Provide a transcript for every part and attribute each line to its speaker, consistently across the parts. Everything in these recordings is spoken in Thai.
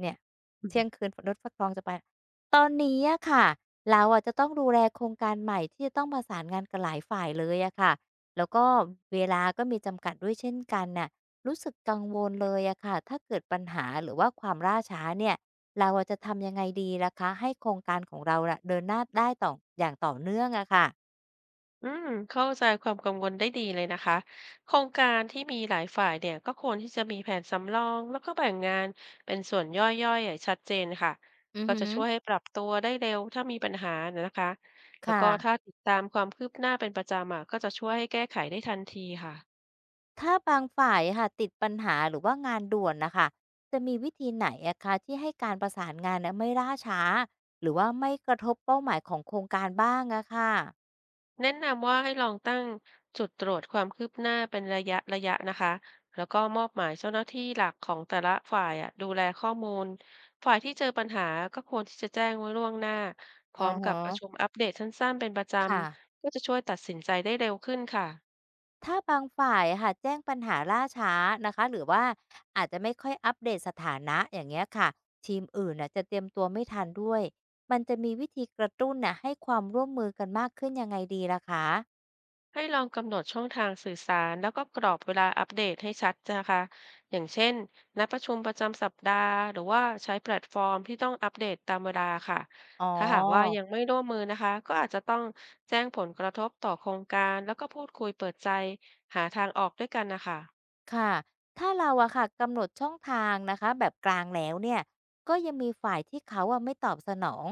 Speaker 1: เนี่ยเที่ยงคืนรถฟักทองจะไปตอนนี้อะค่ะเราอะจะต้องดูแลโครงการใหม่ที่จะต้องประสานงานกับหลายฝ่ายเลยอะค่ะแล้วก็เวลาก็มีจำกัดด้วยเช่นกันน่ะรู้สึกกังวลเลยอะค่ะถ้าเกิดปัญหาหรือว่าความล่าช้าเนี่ยเราอะจะทำยังไงดีล่ะคะให้โครงการของเราน่ะเดินหน้าได้ต่ออย่างต่อเนื่องอะค่ะ
Speaker 2: อืมเข้าใจความกังวลได้ดีเลยนะคะโครงการที่มีหลายฝ่ายเนี่ยก็ควรที่จะมีแผนสำรองแล้วก็แบ่งงานเป็นส่วนย่อยๆอย่างชัดเจนค่ะ
Speaker 1: อือ
Speaker 2: ก็
Speaker 1: ฮึ
Speaker 2: จะช่วยให้ปรับตัวได้เร็วถ้ามีปัญหานะคะแล้วก็ถ้า
Speaker 1: ค่ะ
Speaker 2: ติดตามความคืบหน้าเป็นประจำอ่ะก็จะช่วยให้แก้ไขได้ทันทีค่ะ
Speaker 1: ถ้าบางฝ่ายอะค่ะติดปัญหาหรือว่างานด่วนนะคะจะมีวิธีไหนอะคะที่ให้การประสานงานนะไม่ล่าช้าหรือว่าไม่กระทบเป้าหมายของโครงการบ้างอะค่ะ
Speaker 2: แนะนำว่าให้ลองตั้งจุดตรวจความคืบหน้าเป็นระยะนะคะแล้วก็มอบหมายเจ้าหน้าที่หลักของแต่ละฝ่ายอะดูแลข้อมูลฝ่ายที่เจอปัญหาก็ควรที่จะแจ้งไว้ล่วงหน้าพ
Speaker 1: อื
Speaker 2: ร้อม
Speaker 1: อ
Speaker 2: กั
Speaker 1: ฮะ
Speaker 2: บประชุมอัปเดตสั้นๆเป็นประจ
Speaker 1: ค่ะ
Speaker 2: ำก็จะช่วยตัดสินใจได้เร็วขึ้นค่ะ
Speaker 1: ถ้าบางฝ่ายอะค่ะแจ้งปัญหาล่าช้านะคะหรือว่าอาจจะไม่ค่อยอัปเดตสถานะอย่างเงี้ยค่ะทีมอื่นน่ะจะเตรียมตัวไม่ทันด้วยมันจะมีวิธีกระตุ้นน่ะให้ความร่วมมือกันมากขึ้นยังไงดีล่ะคะ
Speaker 2: ให้ลองกำหนดช่องทางสื่อสารแล้วก็กรอบเวลาอัปเดตให้ชัดนะคะอย่างเช่นนัดประชุมประจำสัปดาห์หรือว่าใช้แพลตฟอร์มที่ต้องอัปเดตตามเวลาค่ะ
Speaker 1: อ๋อ
Speaker 2: ถ้าหากว่ายังไม่ร่วมมือนะคะก็อาจจะต้องแจ้งผลกระทบต่อโครงการแล้วก็พูดคุยเปิดใจหาทางออกด้วยกันนะคะ
Speaker 1: ค่ะ ถ้าเราอะค่ะกำหนดช่องทางนะคะแบบกลางแล้วเนี่ย ก็ยังมีฝ่ายที่เขาอะไม่ตอบสนอง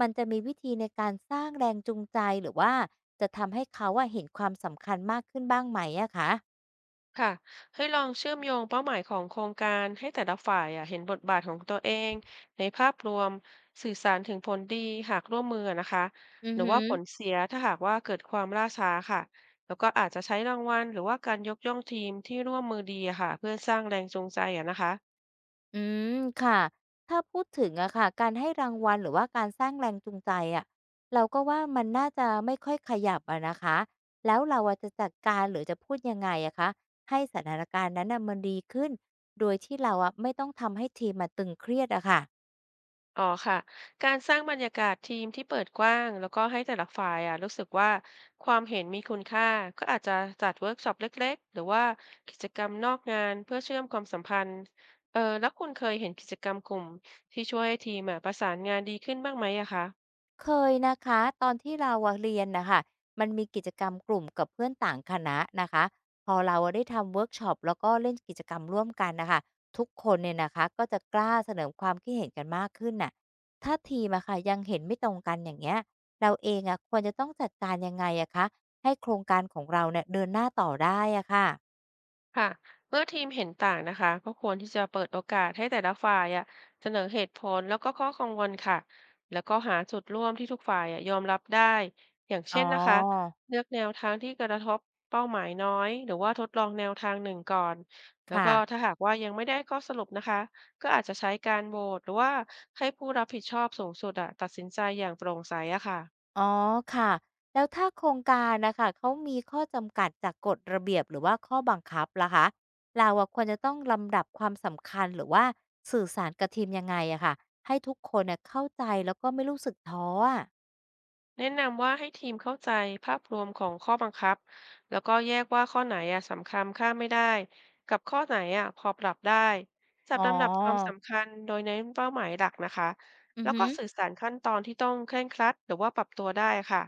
Speaker 1: มันจะมีวิธีในการสร้างแรงจูงใจหรือว่าจะทำให้เขาอะเห็นความสำคัญมากขึ้นบ้างไหมอะคะ
Speaker 2: ค่ะให้ลองเชื่อมโยงเป้าหมายของโครงการให้แต่ละฝ่ายอะเห็นบทบาทของตัวเองในภาพรวมสื่อสารถึงผลดีหากร่วมมือนะคะ
Speaker 1: อื
Speaker 2: ห
Speaker 1: อ
Speaker 2: รือ
Speaker 1: ฮึ
Speaker 2: ว่าผลเสียถ้าหากว่าเกิดความล่าช้าค่ะแล้วก็อาจจะใช้รางวัลหรือว่าการยกย่องทีมที่ร่วมมือดีอะค่ะเพื่อสร้างแรงจูงใจอะนะคะ
Speaker 1: อืมค่ะถ้าพูดถึงอะค่ะการให้รางวัลหรือว่าการสร้างแรงจูงใจอะเราก็ว่ามันน่าจะไม่ค่อยขยับอะนะคะแล้วเราอะจะจัดการหรือจะพูดยังไงอะคะให้สถานการณ์นั้นอะมันดีขึ้นโดยที่เราอะไม่ต้องทำให้ทีมมาตึงเครียดอะค่ะ
Speaker 2: อ๋อค่ะการสร้างบรรยากาศทีมที่เปิดกว้างแล้วก็ให้แต่ละฝ่ายอ่ะรู้สึกว่าความเห็นมีคุณค่าก็อาจจะจัดเวิร์กช็อปเล็กๆหรือว่ากิจกรรมนอกงานเพื่อเชื่อมความสัมพันธ์เออแล้วคุณเคยเห็นกิจกรรมกลุ่มที่ช่วยให้ทีมอ่ะประสานงานดีขึ้นบ้างไหมอะคะ
Speaker 1: เคยนะคะตอนที่เราอะเรียนนะคะมันมีกิจกรรมกลุ่มกับเพื่อนต่างคณะนะคะพอเราอะได้ทำเวิร์กช็อปแล้วก็เล่นกิจกรรมร่วมกันนะคะทุกคนเนี่ยนะคะก็จะกล้าเสนอความคิดเห็นกันมากขึ้นน่ะถ้าทีมอะค่ะยังเห็นไม่ตรงกันอย่างเงี้ยเราเองอะควรจะต้องจัดการยังไงอะคะให้โครงการของเราเนี่ยเดินหน้าต่อได้อะค่ะ
Speaker 2: ค่ะเมื่อทีมเห็นต่างนะคะก็ควรที่จะเปิดโอกาสให้แต่ละฝ่ายอะเสนอเหตุผลแล้วก็ข้อกังวลค่ะแล้วก็หาจุดร่วมที่ทุกฝ่ายอะยอมรับได้อย่าง
Speaker 1: อ๋
Speaker 2: เช่
Speaker 1: อ
Speaker 2: นนะคะเลือกแนวทางที่กระทบเป้าหมายน้อยหรือว่าทดลองแนวทางหนึ่งก่อนแล้วก็
Speaker 1: ค่ะ
Speaker 2: ถ้าหากว่ายังไม่ได้ข้อสรุปนะคะก็อาจจะใช้การโหวตหรือว่าให้ผู้รับผิดชอบสูงสุดอะตัดสินใจอย่างโปร่งใสอะค่ะ
Speaker 1: อ๋อค่ะแล้วถ้าโครงการนะคะเขามีข้อจำกัดจากกฎระเบียบหรือว่าข้อบังคับล่ะคะเราอะควรจะต้องลำดับความสำคัญหรือว่าสื่อสารกับทีมยังไงอะค่ะให้ทุกคนเน่ยเข้าใจแล้วก็ไม่รู้สึกท้ออะ
Speaker 2: แนะนำว่าให้ทีมเข้าใจภาพรวมของข้อบังคับแล้วก็แยกว่าข้อไหนอ่ะสำคัญค่ามไม่ได้กับข้อไหนอ่ะพอปรับได้จัด
Speaker 1: อ๋
Speaker 2: ลำดับความ
Speaker 1: อ
Speaker 2: สำคัญโดยเน้นเป้าหมายหลักนะคะ
Speaker 1: อื
Speaker 2: แล้
Speaker 1: อ
Speaker 2: ว
Speaker 1: ฮึ
Speaker 2: ก็สื่
Speaker 1: อ
Speaker 2: อสารขั้นตอนที่ต้องเคร่งครัดหรือว่าปรับตัวได้ค่ะ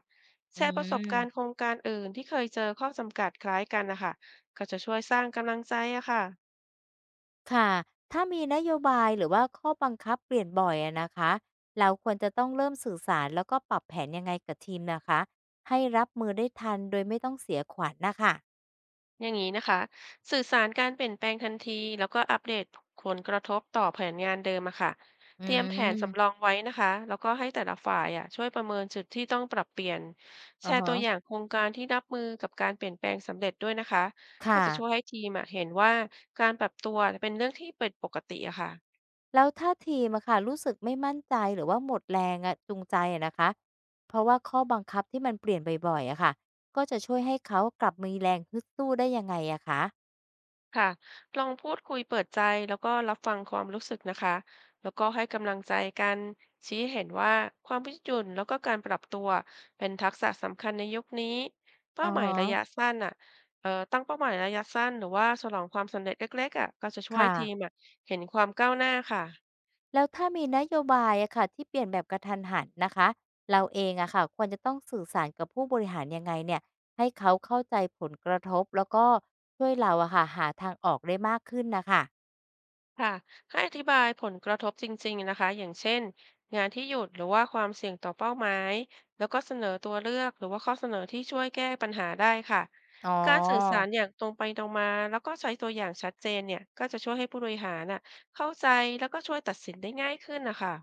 Speaker 2: แช
Speaker 1: อื
Speaker 2: ร์ประสบการณ์โค
Speaker 1: ม
Speaker 2: รงการอื่นที่เคยเจอข้อจำกัดคล้ายกันนะคะก็จะช่วยสร้างกำลังใจอะค่ะ
Speaker 1: ค่ะถ้ามีนโยบายหรือว่าข้อบังคับเปลี่ยนบ่อยอะนะคะเราควรจะต้องเริ่มสื่อสารแล้วก็ปรับแผนยังไงกับทีมนะคะให้รับมือได้ทันโดยไม่ต้องเสียขวัญนะคะ
Speaker 2: อย่างนี้นะคะสื่อสารการเปลี่ยนแปลงทันทีแล้วก็อัปเดตผลกระทบต่อแผนงานเดิมอะค่ะ
Speaker 1: อื
Speaker 2: เตรียมแผนสำรอ
Speaker 1: ม
Speaker 2: งไว้นะคะแล้วก็ให้แต่ละฝ่ายอะช่วยประเมินจุดที่ต้องปรับเปลี่ยนแช
Speaker 1: อะ
Speaker 2: ร์
Speaker 1: ฮ
Speaker 2: ตัวอย่างโครงการที่รับมือกับการเปลี่ยนแปลงสำเร็จด้วยนะคะก็
Speaker 1: ค่ะ
Speaker 2: จะช่วยให้ทีมอะเห็นว่าการปรับตัวเป็นเรื่องที่เป็นปกติอะค่ะ
Speaker 1: แล้วถ้าทีมอะค่ะรู้สึกไม่มั่นใจหรือว่าหมดแรงอะจูงใจอะนะคะเพราะว่าข้อบังคับที่มันเปลี่ยนบ่อยๆอะค่ะก็จะช่วยให้เขากลับมีแรงฮึดสู้ได้ยังไงอะคะ
Speaker 2: ค่ะลองพูดคุยเปิดใจแล้วก็รับฟังความรู้สึกนะคะ แล้วก็ให้กำลังใจกัน ชี้เห็นว่าความยืดหยุ่นแล้วก็การปรับตัวเป็นทักษะสำคัญในยุคนี้
Speaker 1: อื
Speaker 2: เป้า
Speaker 1: อ
Speaker 2: หมายระยะ
Speaker 1: ฮะ
Speaker 2: สั้นอ่ะตั้งเป้าหมายระยะสั้นหรือว่าฉลองความสำเร็จเล็กๆอ่ะก็จะช่วย
Speaker 1: ค่ะ
Speaker 2: ทีมอ่ะเห็นความก้าวหน้าค่ะ
Speaker 1: แล้วถ้ามีนโยบายอะค่ะที่เปลี่ยนแบบกระทันหันนะคะเราเองอะค่ะควรจะต้องสื่อสารกับผู้บริหารยังไงเนี่ยให้เขาเข้าใจผลกระทบแล้วก็ช่วยเราอะค่ะหาทางออกได้มากขึ้นนะคะ
Speaker 2: ค่ะให้อธิบายผลกระทบจริงๆนะคะอย่างเช่นงานที่หยุดหรือว่าความเสี่ยงต่อเป้าหมายแล้วก็เสนอตัวเลือกหรือว่าข้อเสนอที่ช่วยแก้ปัญหาได้ค่ะ
Speaker 1: อ๋อ
Speaker 2: การสื่อสารอย่างตรงไปตรงมาแล้วก็ใช้ตัวอย่างชัดเจนเนี่ยก็จะช่วยให้ผู้บริหารน่ะเข้าใจแล้วก็ช่วยตัดสินได้ง่ายขึ้นนะคะ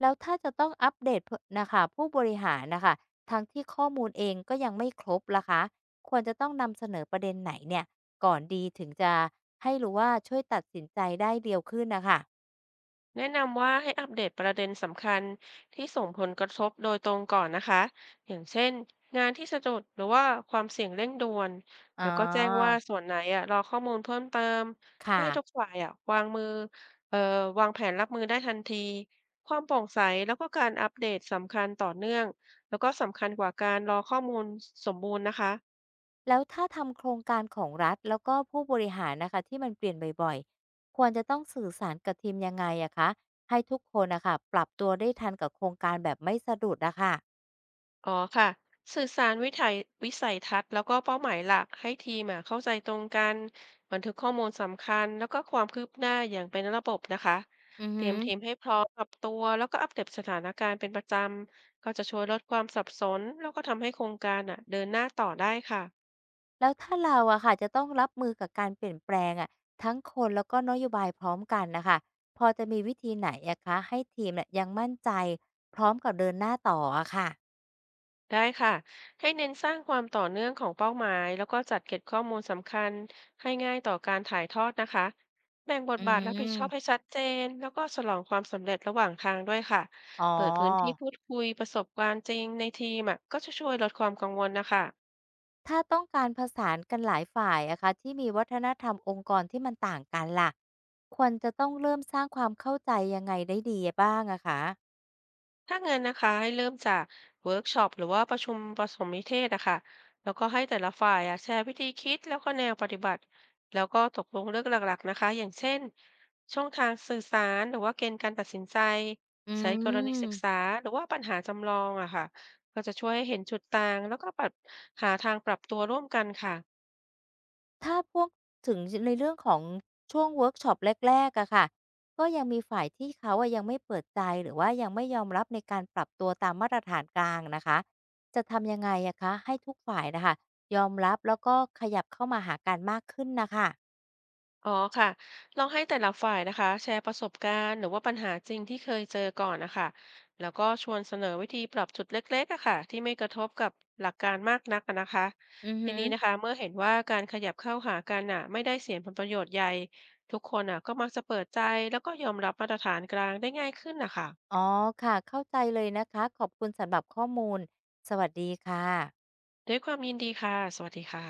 Speaker 1: แล้วถ้าจะต้องอัปเดตน่ะคะผู้บริหารนะคะทั้งที่ข้อมูลเองก็ยังไม่ครบล่ะคะควรจะต้องนำเสนอประเด็นไหนเนี่ยก่อนดีถึงจะให้รู้ว่าช่วยตัดสินใจได้เร็วขึ้นน่ะคะ
Speaker 2: แนะนำว่าให้อัปเดตประเด็นสำคัญที่ส่งผลกระทบโดยตรงก่อนนะคะอย่างเช่นงานที่สะดุดหรือว่าความเสี่ยงเร่งด่วน
Speaker 1: อ๋
Speaker 2: แล้วก็แจ้งว่า
Speaker 1: อ
Speaker 2: ส่วนไหนอ่ะรอข้อมูลเพิ่มเติมเพื่อ
Speaker 1: ค่ะ
Speaker 2: ให้ทุกฝ่ายอ่ะวางมือเอ่อวางแผนรับมือได้ทันทีความโปร่งใสแล้วก็การอัปเดตสำคัญต่อเนื่องแล้วก็สำคัญกว่าการรอข้อมูลสมบูรณ์นะคะ
Speaker 1: แล้วถ้าทำโครงการของรัฐแล้วก็ผู้บริหารนะคะที่มันเปลี่ยนบ่อยๆควรจะต้องสื่อสารกับทีมยังไงอะคะให้ทุกคนนะคะปรับตัวได้ทันกับโครงการแบบไม่สะดุดอะคะ
Speaker 2: อ๋อค่ะสื่อสารวิสัยทัศน์แล้วก็เป้าหมายหลักให้ทีมอะเข้าใจตรงกันบันทึกข้อมูลสำคัญแล้วก็ความคืบหน้าอย่างเป็นระบบนะคะ
Speaker 1: อือ
Speaker 2: เตรี
Speaker 1: ฮึ
Speaker 2: ยมทีมให้พร้อมปรับตัวแล้วก็อัปเดตสถานการณ์เป็นประจำก็จะช่วยลดความสับสนแล้วก็ทำให้โครงการอะเดินหน้าต่อได้ค่ะ
Speaker 1: แล้วถ้าเราอะค่ะจะต้องรับมือกับการเปลี่ยนแปลงอะทั้งคนแล้วก็นโยบายพร้อมกันนะคะพอจะมีวิธีไหนอะคะให้ทีมเนี่ยยังมั่นใจพร้อมกับเดินหน้าต่ออะค่ะ
Speaker 2: ได้ค่ะให้เน้นสร้างความต่อเนื่องของเป้าหมายแล้วก็จัดเก็บข้อมูลสำคัญให้ง่ายต่อการถ่ายทอดนะคะแบ่งบท
Speaker 1: อื
Speaker 2: บาทรับผิดชอบให้
Speaker 1: ม
Speaker 2: ชัดเจนแล้วก็ฉลองความสำเร็จระหว่างทางด้วยค่ะ
Speaker 1: อ๋
Speaker 2: เปิดพื้นที่
Speaker 1: อ
Speaker 2: พูดคุยประสบการณ์จริงในทีมอะก็จะช่วยลดความกังวลนะคะ
Speaker 1: ถ้าต้องการผสานกันหลายฝ่ายอะคะที่มีวัฒนธรรมองค์กรที่มันต่างกันล่ะควรจะต้องเริ่มสร้างความเข้าใจยังไงได้ดีบ้างอะคะ
Speaker 2: ถ้างั้นนะคะให้เริ่มจากเวิร์กช็อปหรือว่าประชุมผสมนิเทศอะค่ะแล้วก็ให้แต่ละฝ่ายอะแชร์วิธีคิดแล้วก็แนวปฏิบัติแล้วก็ตกลงเรื่องหลักๆนะคะอย่างเช่นช่องทางสื่อสารหรือว่าเกณฑ์การตัดสินใจ
Speaker 1: อื
Speaker 2: ใช้กรณีศึกษา
Speaker 1: ม
Speaker 2: หรือว่าปัญหาจำลองอะค่ะก็จะช่วยให้เห็นจุดต่างแล้วก็ปรับหาทางปรับตัวร่วมกันค่ะ
Speaker 1: ถ้าพวกถึงชในเรื่องของช่วงเวิร์กช็อปแรกๆอะค่ะก็ยังมีฝ่ายที่เขาอะยังไม่เปิดใจหรือว่ายังไม่ยอมรับในการปรับตัวตามมาตรฐานกลางนะคะจะทำยังไงอะคะให้ทุกฝ่ายน่ะค่ะยอมรับแล้วก็ขยับเข้ามาหากันมากขึ้นน่ะค่ะ
Speaker 2: อ๋อค่ะลองให้แต่ละฝ่ายนะคะแชร์ประสบการณ์หรือว่าปัญหาจริงที่เคยเจอก่อนนะคะแล้วก็ชวนเสนอวิธีปรับจุดเล็กๆอะค่ะที่ไม่กระทบกับหลักการมากนักอะนะคะ
Speaker 1: อือ
Speaker 2: ที
Speaker 1: ฮึ
Speaker 2: นี้นะคะเมื่อเห็นว่าการขยับเข้าหากันน่ะไม่ได้เสียผลประโยชน์ใหญ่ทุกคนน่ะก็มักจะเปิดใจแล้วก็ยอมรับมาตรฐานกลางได้ง่ายขึ้นนะคะ
Speaker 1: อ๋อค่ะเข้าใจเลยนะคะขอบคุณสำหรับข้อมูลสวัสดีค่ะ
Speaker 2: ด้วยความยินดีค่ะสวัสดีค่ะ